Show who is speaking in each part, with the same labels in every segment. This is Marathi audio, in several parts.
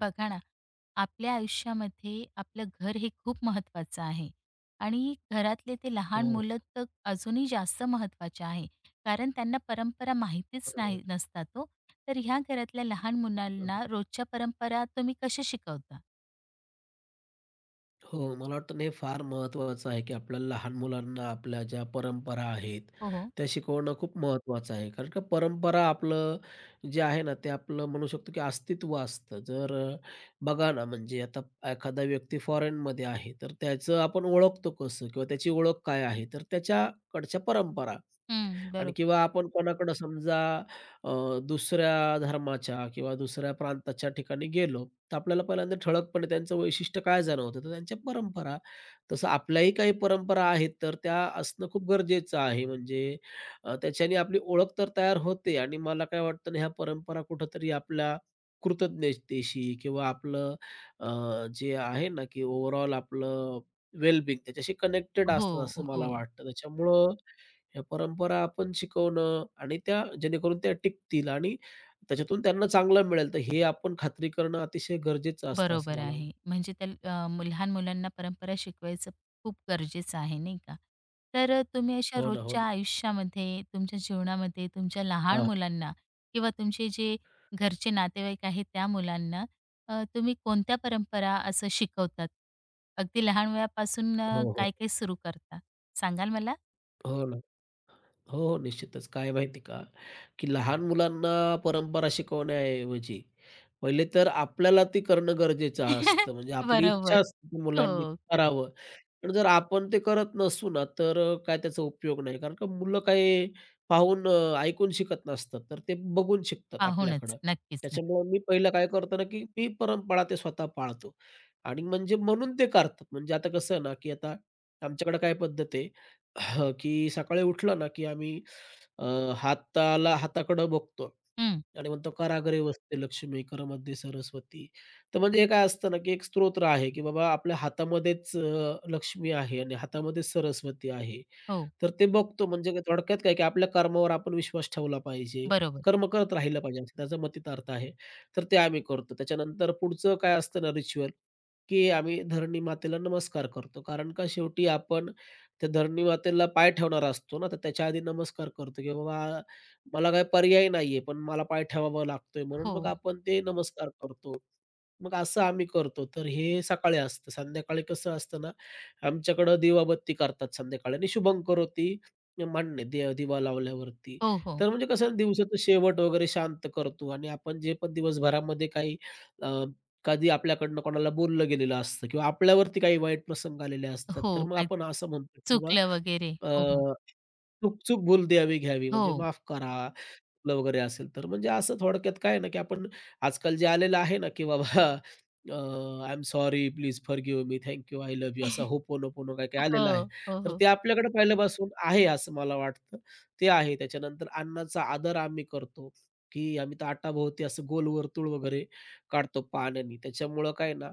Speaker 1: बघा ना, आपल्या आयुष्यामध्ये आपलं घर हे खूप महत्त्वाचं आहे आणि घरातले ते
Speaker 2: हो,
Speaker 1: लहान
Speaker 2: हो,
Speaker 1: मुलं तर अजूनही जास्त महत्त्वाचे आहे. कारण त्यांना परंपरा माहितीच
Speaker 2: बरोबर आहे.
Speaker 1: नाही नसतात ओ. तर ह्या घरातल्या लहान मुलांना रोजच्या परंपरा तुम्ही कशा शिकवता?
Speaker 2: हो, मला वाटतं ना हे फार महत्त्वाचं आहे, की आपल्याला लहान मुलांना आपल्या ज्या परंपरा आहेत,
Speaker 1: हो, हो.
Speaker 2: त्या शिकवणं खूप महत्त्वाचं आहे. कारण का परंपरा आपलं जे आहे ना, ते आपलं म्हणू शकतो, की अस्तित्व असतं. बघा ना, म्हणजे आता एखादा व्यक्ती फॉरेनमध्ये आहे, तर त्याचं आपण ओळखतो कसं किंवा त्याची ओळख काय आहे, तर त्याच्याकडच्या परंपरा.
Speaker 1: हं,
Speaker 2: आणि
Speaker 1: बरोबर.
Speaker 2: किंवा आपण कोणाकडं समजा दुसऱ्या धर्माच्या किंवा दुसऱ्या प्रांताच्या ठिकाणी गेलो, तर आपल्याला पहिल्यांदा ठळकपणे त्यांचं वैशिष्ट्य काय जाणवतं, तर त्यांच्या परंपरा. तसं आपल्याही काही परंपरा आहेत, तर त्या असणं खूप गरजेचं आहे. त्याच्याने आपली ओळख तर तयार होते आणि मला काय वाटतं ना, ह्या परंपरा कुठेतरी आपल्या कृतज्ञतेशी किंवा जे आहे ना, की ओव्हरऑल आपलं वेलबिंग त्याच्याशी कनेक्टेड
Speaker 1: हो,
Speaker 2: असतात असं
Speaker 1: हो.
Speaker 2: मला वाटतं. त्याच्यामुळं ह्या परंपरा आपण शिकवणं आणि त्या जेणेकरून त्या टिकतील आणि त्याच्यातून त्यांना चांगलं मिळेल, तर हे आपण खात्री करणं अतिशय गरजेचं असतं असं
Speaker 1: बरोबर
Speaker 2: मला वाटतं.
Speaker 1: आहे. म्हणजे त्या लहान मुलांना परंपरा शिकवायचं खूप गरजेचं आहे, नाही का? तर तुम्ही अशा
Speaker 2: हो ना, हो
Speaker 1: रोजच्या
Speaker 2: ना.
Speaker 1: आयुष्यामध्ये, तुमच्या जीवनामध्ये, तुमच्या लहान
Speaker 2: हां.
Speaker 1: मुलांना किंवा तुमचे जे घरचे नातेवाईक आहेत त्या मुलांना तुम्ही कोणत्या परंपरा असं शिकवतात? अगदी लहान वयापासून
Speaker 2: हो, हो.
Speaker 1: काय-काय सुरू करता? सांगाल मला?
Speaker 2: हो ना. हो, हो. निश्चितच. काय आहे माहिती आहे का, की लहान मुलांना परंपरा शिकवण्याऐवजी पहिले तर आपल्याला ती करणं गरजेचं असतं. म्हणजे आपली इच्छा
Speaker 1: बरोबर.
Speaker 2: असते की
Speaker 1: हो,
Speaker 2: मुलांनी ते
Speaker 1: खरंच.
Speaker 2: करावं. पण जर आपण ते करत नसू ना, तर काय त्याचा उपयोग नाही. कारण का मुलं काही पाहून, ऐकून शिकत नसतात, तर ते बघून शिकतात
Speaker 1: पाहूनच.
Speaker 2: आपल्याकडं.
Speaker 1: नक्कीच, नक्कीच.
Speaker 2: त्याच्यामुळे मी पहिलं काय करतो ना, की मी परंपरा ते स्वतः पाळतो आणि म्हणजे म्हणून ते करतात. म्हणजे आता कसं आहे ना, की आता आमच्याकडे काय पद्धत आहे हं, की सकाळी उठलं ना, की आम्ही अ, हाताला हाताकडं बघतो
Speaker 1: हं.
Speaker 2: आणि म्हणतो कराग्रे वसते लक्ष्मी, करमध्ये सरस्वती. तर म्हणजे हे काय असतं ना, की एक स्तोत्र आहे, की बाबा आपल्या हातामध्येच लक्ष्मी आहे आणि हातामध्येच सरस्वती आहे.
Speaker 1: हो.
Speaker 2: तर ते बघतो म्हणजे काय थोडक्यात काय, की आपल्या कर्मावर आपण विश्वास ठेवला पाहिजे.
Speaker 1: बरोबर.
Speaker 2: कर्म करत राहिलं पाहिजे असं त्याचा मतितार्थ आहे. तर ते आम्ही करतो. त्याच्यानंतर पुढचं काय असतं ना रिच्युअल, की आम्ही धरणी मातेला नमस्कार करतो. कारण का शेवटी आपण त्या धरणी मातेला पाय ठेवणारा असतो ना, तर त्याच्या आधी नमस्कार करतो, की बाबा मला काही पर्याय नाहीये, पण मला पाय ठेवावा लागतोय म्हणून
Speaker 1: हो.
Speaker 2: मग आपण ते नमस्कार करतो. मग असं आम्ही करतो. तर हे सकाळी असतं. संध्याकाळी कसं असतं ना, आमच्याकडं दिवाबत्ती करतात संध्याकाळी आणि शुभंकरोती मान्य दिवा लावल्यावरती.
Speaker 1: हो, हो.
Speaker 2: तर म्हणजे कसं दिवसाचं शेवट वगैरे शांत करतो आणि आपण जे पण दिवसभरामध्ये काही कधी आपल्याकडनं कोणाला बोललं गेलेलं असतं किंवा आपल्यावरती काही वाईट प्रसंग आलेले असतात, तर
Speaker 1: हो.
Speaker 2: मग आपण असं म्हणतो, की बाबा
Speaker 1: चुकलं वगैरे. हो, हो.
Speaker 2: अ, "चूक चूक भूल द्यावी घ्यावी" म्हणजे
Speaker 1: हो.
Speaker 2: माफ करा आपलं वगैरे असेल तर. म्हणजे असं थोडक्यात काय आहे ना, की आपण आजकाल जे आलेलं आहे ना, की बाबा अ, I am sorry, please forgive me, thank you, I love you असं होपोनोपोनो काय-काय
Speaker 1: हो,
Speaker 2: आलेलं आहे.
Speaker 1: हो,
Speaker 2: तर
Speaker 1: हो.
Speaker 2: ते आपल्याकडे पहिल्यापासून आहे असं मला वाटतं. ते आहे. त्याच्यानंतर अन्नाचा आदर आम्ही करतो, की आम्ही ताटाभोवती असं गोल वर्तुळ वगैरे काढतो पाण्यानी. त्याच्यामुळं काय ना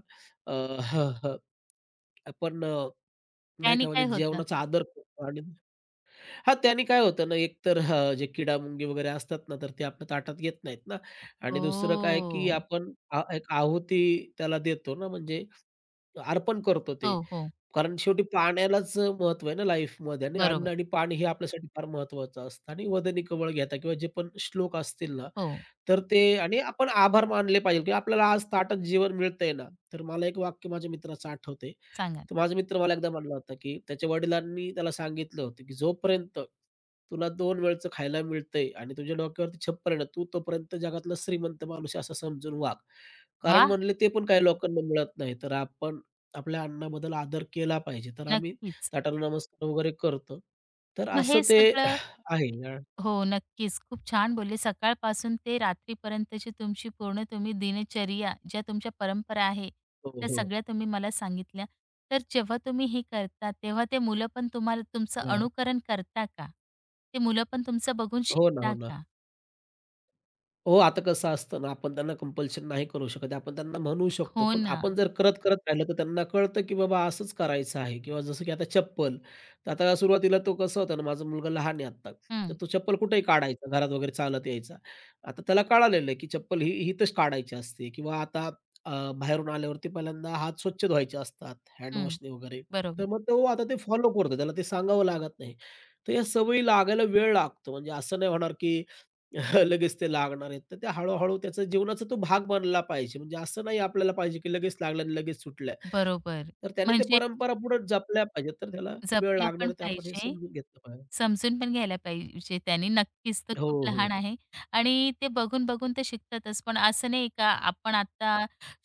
Speaker 2: अ, आपण नाही
Speaker 1: त्याने
Speaker 2: का म्हणजे
Speaker 1: काय होतं?
Speaker 2: जेवणाचा आदर करतो आणि त्याने काय होतं ना, एक तर जे किडामुंगी वगैरे असतात ना, तर ते आपल्या ताटात येत नाहीत ना आणि दुसरं काय,
Speaker 1: हो.
Speaker 2: की आपण आ एक आहुती त्याला देतो ना, म्हणजे अर्पण करतो ते.
Speaker 1: हो, हो.
Speaker 2: कारण शेवटी पाण्यालाच महत्त्व आहे ना लाईफमध्ये आणि अन्न
Speaker 1: बरोबर.
Speaker 2: आणि पाणी हे आपल्यासाठी फार महत्त्वाचं असतं आणि वदनी कवळ घेता किंवा जे पण श्लोक असतील ना,
Speaker 1: हो,
Speaker 2: तर ते आणि आपण आभार मानले पाहिजे, की आपल्याला आज ताटात जेवण मिळतंय ना. तर मला एक वाक्य माझ्या मित्राचं आठवतंय.
Speaker 1: सांगा. ना.
Speaker 2: तर माझा मित्र मला एकदा म्हणला होता, की त्याच्या वडिलांनी त्याला सांगितलं होतं, की "जोपर्यंत तुला 2 वेळचं खायला मिळतंय आणि तुझ्या डोक्यावरती छप्पर आहे ना, तू तोपर्यंत जगातला श्रीमंत माणूस आहे असं समजून वाग." कारण
Speaker 1: वा,
Speaker 2: म्हणले ते पण काही लोकांना मिळत नाही. तर आपण आपल्या अन्नाबद्दल आदर केला पाहिजे. तर आम्ही
Speaker 1: नक्कीच.
Speaker 2: ताटाला नमस्कार वगैरे करतो. तर
Speaker 1: मग
Speaker 2: असं
Speaker 1: हे
Speaker 2: ते
Speaker 1: सगळं
Speaker 2: आहे.
Speaker 1: हो, नक्कीच. खूप छान बोलले. सकाळपासून ते रात्रीपर्यंतची तुमची पूर्ण तुम्ही दिनचर्या, ज्या तुमच्या परंपरा आहे,
Speaker 2: हो,
Speaker 1: त्या
Speaker 2: हो.
Speaker 1: सगळ्या तुम्ही मला सांगितल्या. तर जेव्हा तुम्ही हे करता, तेव्हा ते मुलं पण तुम्हाला तुमचं अनुकरण करता का? ते मुलं पण तुमचं बघून
Speaker 2: हो ना, हो
Speaker 1: शिकता
Speaker 2: ना.
Speaker 1: का?
Speaker 2: हो, आता कसं असतं ना, आपण त्यांना कंपल्शन नाही करू शकत. आपण त्यांना म्हणू शकतो.
Speaker 1: हो
Speaker 2: पण
Speaker 1: ना.
Speaker 2: आपण जर करत, करत राहिलं, तर त्यांना कळतं, की बाबा असंच करायचं आहे किंवा जसं की आता चप्पल. तर आता सुरुवातीला तो कसं होता ना, माझा मुलगा लहान आहे आत्ता. तर
Speaker 1: हं,
Speaker 2: तो चप्पल कुठेही काढायचा, घरात वगैरे चालत यायचा. आता त्याला कळालेलं आहे, की चप्पल ही इथंच काढायची असते किंवा आता अ, बाहेरून आल्यावरती पहिल्यांदा हात स्वच्छ धुवायचे असतात, हँड
Speaker 1: हं.
Speaker 2: वगैरे. तर
Speaker 1: बरोबर,
Speaker 2: मग तो आता ते फॉलो करतो. त्याला ते सांगावं लागत नाही. तर या सवयी लागायला वेळ लागतो. म्हणजे असं नाही होणार, की लगेच ते लागणार आहेत. तर ते हळू त्याचा जीवनाचा तो भाग बनला पाहिजे. म्हणजे असं नाही आपल्याला पाहिजे, की लगेच लागल्या आणि लगेच सुटल्या.
Speaker 1: बरोबर.
Speaker 2: तर त्याने ते
Speaker 1: म्हणजे
Speaker 2: परंपरा पुढे जपल्या पाहिजेत. तर त्याला वेळ
Speaker 1: जपलं
Speaker 2: लागणार
Speaker 1: पण
Speaker 2: आहे, ते आपण हे
Speaker 1: पाहिजे,
Speaker 2: समजून घेतलं पाहिजे.
Speaker 1: समजून पण घ्यायला पाहिजे त्याने. नक्कीच, तो
Speaker 2: हो,
Speaker 1: खूप
Speaker 2: हो.
Speaker 1: लहान आहे आणि ते बघून-बघून ते शिकतातच. पण असं नाही का आपण आता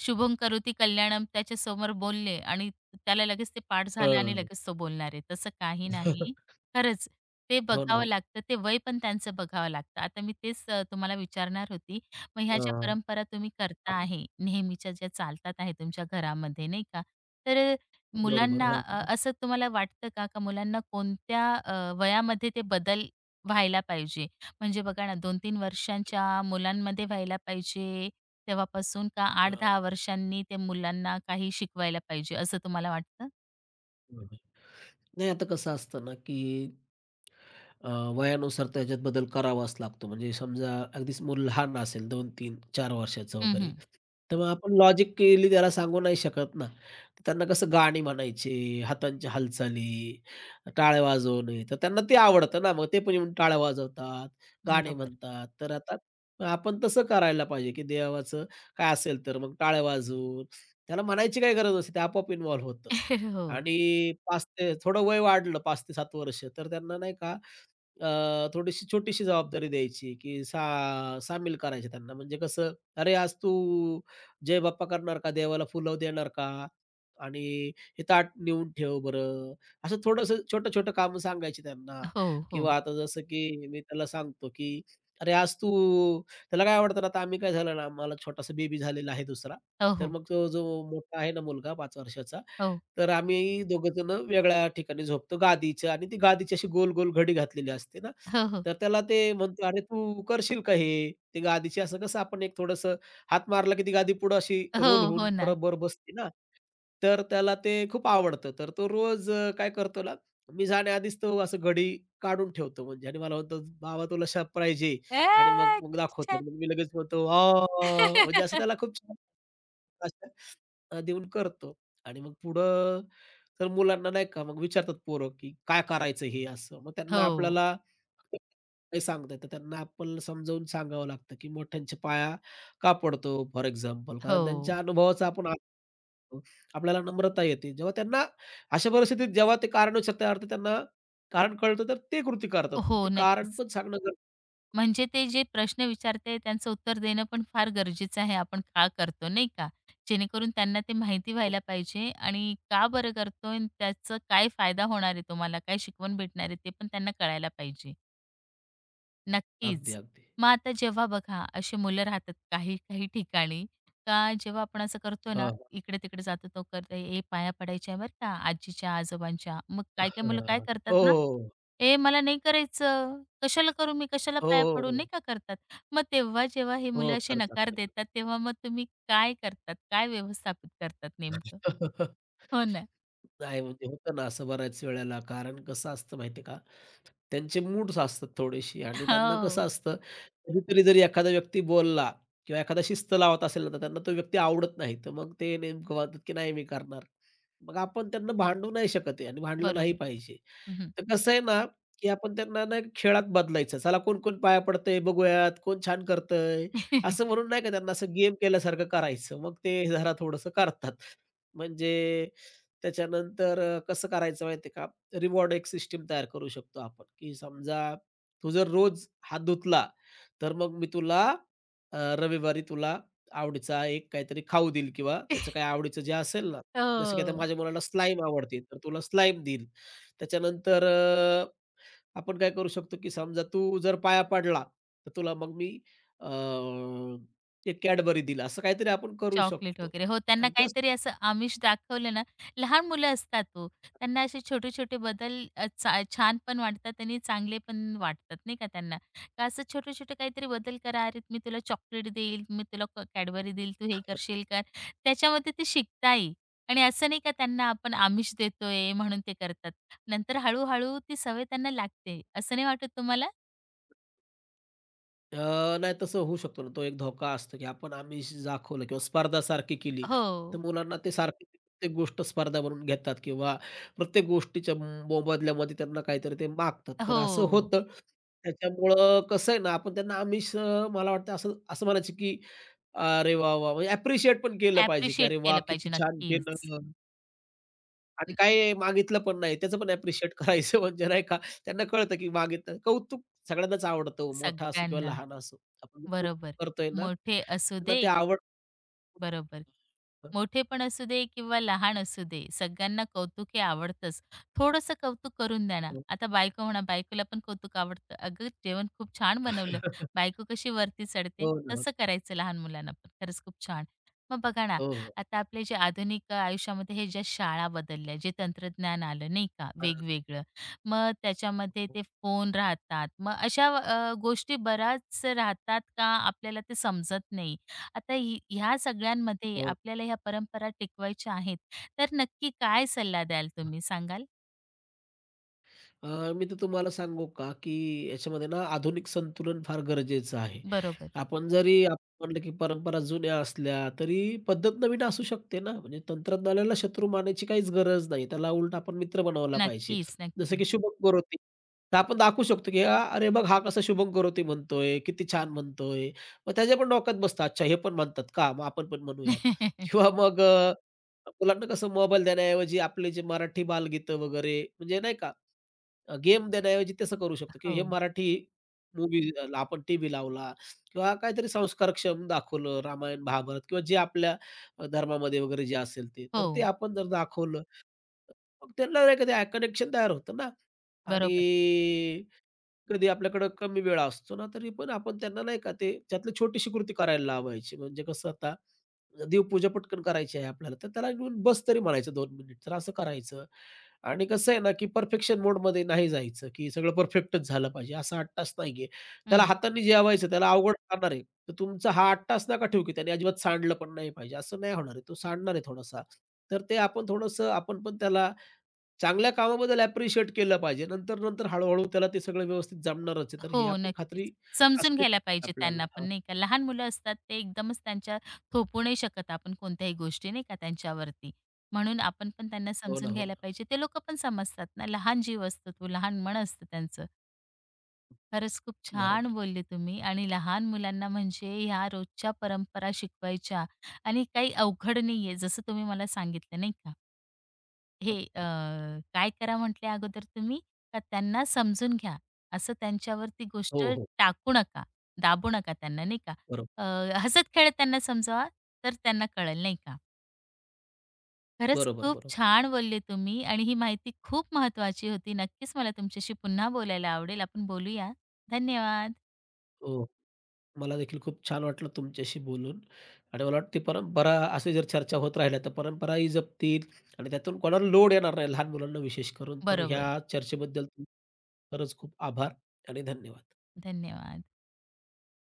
Speaker 1: शुभं करोती कल्याणम त्याच्यासमोर बोलले आणि त्याला लगेच ते पाठ झालं आणि
Speaker 2: हं.
Speaker 1: लगेच तो बोलणार आहे. तसं काही नाही. खरंच ते
Speaker 2: हो
Speaker 1: बघावं
Speaker 2: ना.
Speaker 1: लागतं. ते वय पण त्यांचं बघावं लागतं. आता मी तेच तुम्हाला विचारणार होती. मग ह्या ज्या
Speaker 2: हां.
Speaker 1: परंपरा तुम्ही करता आहे, नेहमीच्या ज्या चालतात आहे तुमच्या घरामध्ये, नाही का? तर
Speaker 2: बरोबर.
Speaker 1: मुलांना
Speaker 2: हां, हां.
Speaker 1: असं तुम्हाला वाटतं का, का मुलांना कोणत्या वयामध्ये ते बदल व्हायला पाहिजे? म्हणजे बघा ना 2-3 वर्षांच्या मुलांमध्ये व्हायला पाहिजे, तेव्हापासून का 8-10 वर्षांनी ते मुलांना काही शिकवायला पाहिजे, असं तुम्हाला वाटतं?
Speaker 2: हां. नाही आता कसं असतं ना, की अ, वयानुसार त्याच्यात बदल करावाच लागतो. म्हणजे समजा अगदीच मूल लहान असेल 2 3 4 वर्षाचं
Speaker 1: हं,
Speaker 2: वगैरे,
Speaker 1: हं.
Speaker 2: तर मग आपण लॉजिकली त्याला सांगू नाही शकत ना. तर त्यांना कसं गाणी म्हणायची, हातांची हालचाली, टाळ्या वाजवणे, तर त्यांना ते आवडतं ना. मग ते पण येऊन टाळ्या वाजवतात, गाणी
Speaker 1: बरोबर.
Speaker 2: म्हणतात. तर आता आपण तसं करायला पाहिजे, की देवाचं काय असेल तर मग टाळ्या वाजवून त्याला म्हणायची काही गरज नसते. ते आपोआप इन्व्हॉल्व होतं.
Speaker 1: हो.
Speaker 2: आणि 5 ते थोडं वय वाढलं 5 ते 7 वर्ष, तर त्यांना नाही का अ, थोडीशी छोटीशी जबाबदारी द्यायची, की सा सामील करायचे त्यांना. म्हणजे कसं, "अरे, आज तू जय बाप्पा करणार का? देवाला फुलं देणार का? आणि हे ताट नेऊन ठेव बरं." असं थोडंसं छोटं-छोटं कामं सांगायची त्यांना
Speaker 1: हो, हो.
Speaker 2: किंवा आता जसं की मी त्याला सांगतो, की "अरे, आज तू" त्याला काय आवडतं ना, आता आम्ही काय झालं ना, आम्हाला छोटासा बेबी झालेला आहे दुसरा.
Speaker 1: हो,
Speaker 2: तर
Speaker 1: हो.
Speaker 2: मग तो जो मोठा आहे ना मुलगा 5 वर्षाचा,
Speaker 1: हो.
Speaker 2: तर आम्ही दोघंजणं वेगळ्या ठिकाणी झोपतो गादीच्या आणि ती गादीची अशी गोल-गोल घडी घातलेली असते ना,
Speaker 1: हो, हो.
Speaker 2: तर त्याला ते म्हणतो, "अरे तू करशील का हे?" ते गादीची असं कसं आपण एक थोडंसं हात मारला की ती गादी पुढं अशी
Speaker 1: हो,
Speaker 2: रोल होऊन
Speaker 1: हो ना.
Speaker 2: बरोबर बसते ना, तर त्याला ते खूप आवडतं. तर तो रोज काय करतो ना, मी जाण्याआधीच तो असं घडी काढून ठेवतो म्हणजे आणि मला म्हणतो, "बाबा तुला शाप पाहिजे" आणि मग
Speaker 1: आ,
Speaker 2: मग
Speaker 1: किती
Speaker 2: दाखवतो
Speaker 1: छान!
Speaker 2: आणि मग मी लगेच म्हणतो, "आह!" म्हणजे असं त्याला खूप छान अशा अ, देऊन करतो. आणि मग पुढं तर मुलांना नाही का मग विचारतात पोरं, की "काय करायचं हे?" असं. मग त्यांना
Speaker 1: हो.
Speaker 2: आपल्याला नाही सांगता येतं. त्यांना आपण समजावून सांगावं लागतं, की मोठ्यांच्या पाया का पडतो फॉर एक्झाम्पल. कारण त्यांच्या
Speaker 1: हो.
Speaker 2: अनुभवाचा आपण आदर करतो. आपल्याला नम्रता येते. जेव्हा त्यांना अशा परिस्थितीत जेव्हा ते कारण विचारतात त्याचा अर्थ त्यांना कारण कळतं, तर ते कृती करतात. मग
Speaker 1: हो,
Speaker 2: ते कारण
Speaker 1: नक्कीच.
Speaker 2: पण सांगणं गरजेचं
Speaker 1: म्हणजे ते जे प्रश्न विचारते त्यांचं उत्तर देणं पण फार गरजेचं आहे. आपण का करतो नाही का? जेणेकरून त्यांना ते माहिती
Speaker 2: आहे.
Speaker 1: व्हायला पाहिजे आणि का बरं करतोय आणि त्याचा काय फायदा होणार आहे तुम्हाला, काय शिकवण भेटणार आहे ते पण त्यांना कळायला पाहिजे.
Speaker 2: अगदी,
Speaker 1: नक्कीच.
Speaker 2: अगदी.
Speaker 1: मग आता जेव्हा बघा अशी मुलं राहतात काही काही ठिकाणी का जेव्हा आपण असं करतो ना,
Speaker 2: हां.
Speaker 1: इकडे-तिकडे जातो तो करतो, "ए पाया पडायच्या बरं का आजीच्या, आजोबांच्या." मग काही काही मुलं काय
Speaker 2: हां.
Speaker 1: करतात
Speaker 2: हो,
Speaker 1: ना
Speaker 2: हो.
Speaker 1: "ए, मला नाही करायचं. कशाला करू मी? कशाला
Speaker 2: हो,
Speaker 1: पाया
Speaker 2: हो,
Speaker 1: पडू?"
Speaker 2: हो.
Speaker 1: नाही का करतात. मग तेव्हा जेव्हा हे
Speaker 2: हो,
Speaker 1: मुलं असे
Speaker 2: करतात,
Speaker 1: नकार
Speaker 2: करतात.
Speaker 1: देतात, तेव्हा मग तुम्ही काय करतात? काय व्यवस्थापित करतात नेमकं? हो ना.
Speaker 2: नाही म्हणजे होतं ना असं बऱ्याच वेळेला. कारण कसं असतं माहिती का, त्यांचे मूड्स असतात थोडेशी आणि त्यांना
Speaker 1: हो.
Speaker 2: कसं असतं, कधीतरी जरी एखादा व्यक्ती बोलला किंवा एखादा शिस्त लावत असेल ना, तर त्यांना तो व्यक्ती आवडत नाही. तर मग ते नेमकं म्हणतात, की नाही मी करणार. मग आपण त्यांना भांडू नाही शकत आहे आणि भांडलं नाही
Speaker 1: बरोबर.
Speaker 2: पाहिजे.
Speaker 1: हं, हं.
Speaker 2: तर कसं आहे ना, की आपण त्यांना ना खेळात बदलायचं. चला कोण-कोण पाया पडतंय बघूयात, कोण छान करतंय, असं म्हणून नाही का त्यांना असं गेम केल्यासारखं करायचं. मग ते जरा थोडंसं करतात. म्हणजे त्याच्यानंतर, कसं करायचं माहिती आहे का? रिवॉर्ड एक सिस्टम तयार करू शकतो आपण, की समजा तू जर रोज हात धुतला, तर मग मी तुला रविवारी तुला आवडीचा एक काहीतरी खाऊ देईल किंवा त्याचं काही आवडीचं जे असेल ना, जसं की आता
Speaker 1: हो.
Speaker 2: माझ्या मुलाला स्लाईम आवडते, तर तुला स्लाईम देईल. त्याच्यानंतर, आपण काय करू शकतो, की समजा तू जर पाया पडला, तर तुला मग मी अ, एक कॅडबरी देईल, असं काहीतरी आपण करू
Speaker 1: चॉकलेट
Speaker 2: शकतो.
Speaker 1: वगैरे. हो, त्यांना
Speaker 2: आणि
Speaker 1: काहीतरी असं आमिष दाखवलं ना, लहान मुलं असतात ओ. त्यांना असे छोटे-छोटे बदल चा छान पण वाटतात आणि चांगले पण वाटतात नाही का त्यांना. का असं छोटे-छोटे काहीतरी बदल करा. "अरे, मी तुला चॉकलेट देईल, मी तुला Cadbury देईल, तू हे करशील का?" त्याच्यामध्ये ते शिकताही आणि असं नाही का त्यांना आपण आमिष देतोय म्हणून ते करतात. नंतर हळू ती सवय त्यांना लागते. असं नाही वाटत तुम्हाला?
Speaker 2: नाही तसं होऊ शकतो ना, तो एक धोका असतो, की आपण आमिष दाखवलं किंवा स्पर्धा सारखी केली, तर
Speaker 1: हो.
Speaker 2: मुलांना ते सारखी प्रत्येक गोष्ट स्पर्धा बनवून घेतात किंवा प्रत्येक गोष्टीच्या मोबदल्यामध्ये त्यांना काहीतरी ते मागतात. तर
Speaker 1: हो.
Speaker 2: असं होतं. त्याच्यामुळं कसं आहे ना, आपण त्यांना आमिष, मला वाटतं असं असं म्हणायचं, की "अरे वाह, वाह!" म्हणजे ॲप्रिशिएट पण केलं पाहिजे, की
Speaker 1: ॲप्रिशिएट
Speaker 2: "अरे वाह!
Speaker 1: केलं
Speaker 2: किती
Speaker 1: पाहिजे
Speaker 2: छान
Speaker 1: नक्कीच.
Speaker 2: केलं." आणि
Speaker 1: अं,
Speaker 2: काही मागितलं पण नाही. त्याचं पण ॲप्रिशिएट करायचं म्हणजे नाही का, त्यांना कळतं की मागितलं कौतुक सगळ्यांनाच आवडतं हो, मोठा असो किंवा
Speaker 1: सगळ्यांना.
Speaker 2: लहान असो. आपण जे कौतुक
Speaker 1: बरोबर.
Speaker 2: करतोय ना,
Speaker 1: मोठे असू
Speaker 2: त्यांना
Speaker 1: दे
Speaker 2: ते आवड
Speaker 1: बरोबर.
Speaker 2: हो,
Speaker 1: मोठे पण असू दे किंवा लहान असू दे, सगळ्यांना कौतुक हे आवडतंच. थोडंसं कौतुक करून द्या ना. आता बायको म्हणा, बायकोला पण कौतुक आवडतं. "अगं, जेवण खूप छान बनवलं." बायको कशी वरती चढते,
Speaker 2: हो. ना हो
Speaker 1: तसं करायचं लहान मुलांना पण. खरंच खूप छान. मग बघा ना,
Speaker 2: हो, हो.
Speaker 1: आता आपले जे आधुनिक आयुष्यामध्ये हे ज्या शाळा बदलल्या, जे तंत्रज्ञान आलं नाही का
Speaker 2: हां.
Speaker 1: वेगवेगळं, मग त्याच्यामध्ये
Speaker 2: हो,
Speaker 1: ते फोन राहतात. मग अशा गोष्टी बऱ्याच राहतात का आपल्याला ते समजत नाही? आता ही ह्या सगळ्यांमध्ये
Speaker 2: हो.
Speaker 1: आपल्याला ह्या परंपरा टिकवायच्या आहेत, तर नक्की काय सल्ला द्याल तुम्ही सांगाल?
Speaker 2: अ, मी तर तुम्हाला सांगू का, की याच्यामध्ये ना आधुनिक संतुलन फार गरजेचं आहे.
Speaker 1: बरोबर.
Speaker 2: आपण जरी आपण म्हणलं की परंपरा जुन्या असल्या, तरी पद्धत नवीन असू शकते ना. म्हणजे तंत्रज्ञानाला शत्रू मानायची काहीच गरज नाही. त्याला उलट आपण मित्र बनवला पाहिजे.
Speaker 1: नक्कीच,
Speaker 2: जसं की
Speaker 1: नक्कीच.
Speaker 2: शुभम करोती. तर आपण दाखवू शकतो की "हां, अरे बघ हा कसा शुभम करोती म्हणतोय, किती छान म्हणतोय." मग त्याच्या पण डोक्यात बसतं, "अच्छा हे पण म्हणतात का? मग आपण पण म्हणूयात." किंवा मग, मुलांना कसं मोबाईल देण्याऐवजी आपले जे मराठी बालगीतं वगैरे म्हणजे नाही का गेम देण्याऐवजी तसं करू शकतो, की
Speaker 1: हो,
Speaker 2: हे मराठी मूव्ही, आपण टीव्ही लावला किंवा काहीतरी संस्कारक्षम दाखवलं, रामायण, महाभारत किंवा जे आपल्या धर्मामध्ये वगैरे जे असेल ते. तर
Speaker 1: हो.
Speaker 2: ते आपण जर दाखवलं मग त्यांना नाही का कनेक्शन तयार होतं ना आणि
Speaker 1: बरोबर.
Speaker 2: कधी आपल्याकडं कमी वेळ असतो ना, तरी पण आपण त्यांना नाही का ते त्यातली छोटीशी कृती करायला लावायची. म्हणजे कसं आता देवपूजा पटकन करायची आहे आपल्याला, तर त्याला घेऊन बस तरी म्हणायचं 2 मिनिट. तर असं करायचं आणि कसं आहे ना, की परफेक्शन मोडमध्ये नाही जायचं, की सगळं परफेक्टच झालं पाहिजे असा हट्टाच नाहीये. त्याला
Speaker 1: हं.
Speaker 2: हातांनी जेवायचं, त्याला अवघड जाणार तर तुमचा हा 8 तास नका ठेवू, की त्याने अजिबात सांडलं पण नाही पाहिजे, असं नाही होणार आहे. तो सांडणार आहे थोडासा. तर ते आपण थोडंसं आपण पण त्याला चांगल्या कामाबद्दल ॲप्रिशिएट केलं पाहिजे. नंतर, नंतर हळू-हळू त्याला ते सगळं व्यवस्थित जमणारच आहे. तर हे
Speaker 1: हो,
Speaker 2: आपण
Speaker 1: नक्कीच.
Speaker 2: खात्री
Speaker 1: समजून
Speaker 2: असते
Speaker 1: घ्यायला पाहिजे
Speaker 2: आपल्याला.
Speaker 1: त्यांना पण
Speaker 2: हां.
Speaker 1: नाही का. लहान मुलं असतात ते एकदमच त्यांच्या थोपू नाही शकत आपण कोणत्याही गोष्टी नाही का त्यांच्यावरती. म्हणून आपण पण त्यांना
Speaker 2: हो ना,
Speaker 1: समजून
Speaker 2: हो ना.
Speaker 1: घ्यायला पाहिजे. ते लोकं पण समजतात ना, लहान जीव असतो तो, लहान मन असतं त्यांचं. खरंच खूप छान
Speaker 2: बरोबर आहे.
Speaker 1: बोलले तुम्ही आणि लहान मुलांना म्हणजे ह्या रोजच्या परंपरा शिकवायच्या आणि काही अवघड नाही आहे जसं तुम्ही मला सांगितलं नाही का हे काय करा म्हटले अगोदर तुम्ही का त्यांना समजून घ्या असं त्यांच्यावर ती गोष्ट
Speaker 2: हो, हो.
Speaker 1: टाकू नका दाबू नका त्यांना नाही का
Speaker 2: बरोबर,
Speaker 1: अ, हसत खेळत त्यांना समजावा तर त्यांना कळेल नाही का खरंच
Speaker 2: बरोबर,
Speaker 1: खूप
Speaker 2: बरोबर.
Speaker 1: छान बोलले तुम्ही आणि ही माहिती खूप महत्वाची होती नक्कीच मला तुमच्याशी पुन्हा बोलायला आवडेल आपण बोलूया धन्यवाद
Speaker 2: हो. मला देखील खूप छान वाटलं तुमच्याशी बोलून आणि मला वाटते परंपरा असे जर चर्चा होत राहिल्या तर परंपराही जपतील आणि त्यातून कोणाला लोड येणार नाही लहान मुलांना विशेष करून. तर
Speaker 1: बरोबर
Speaker 2: ह्या चर्चेबद्दल तुम खरंच खूप आभार आणि धन्यवाद.
Speaker 1: धन्यवाद.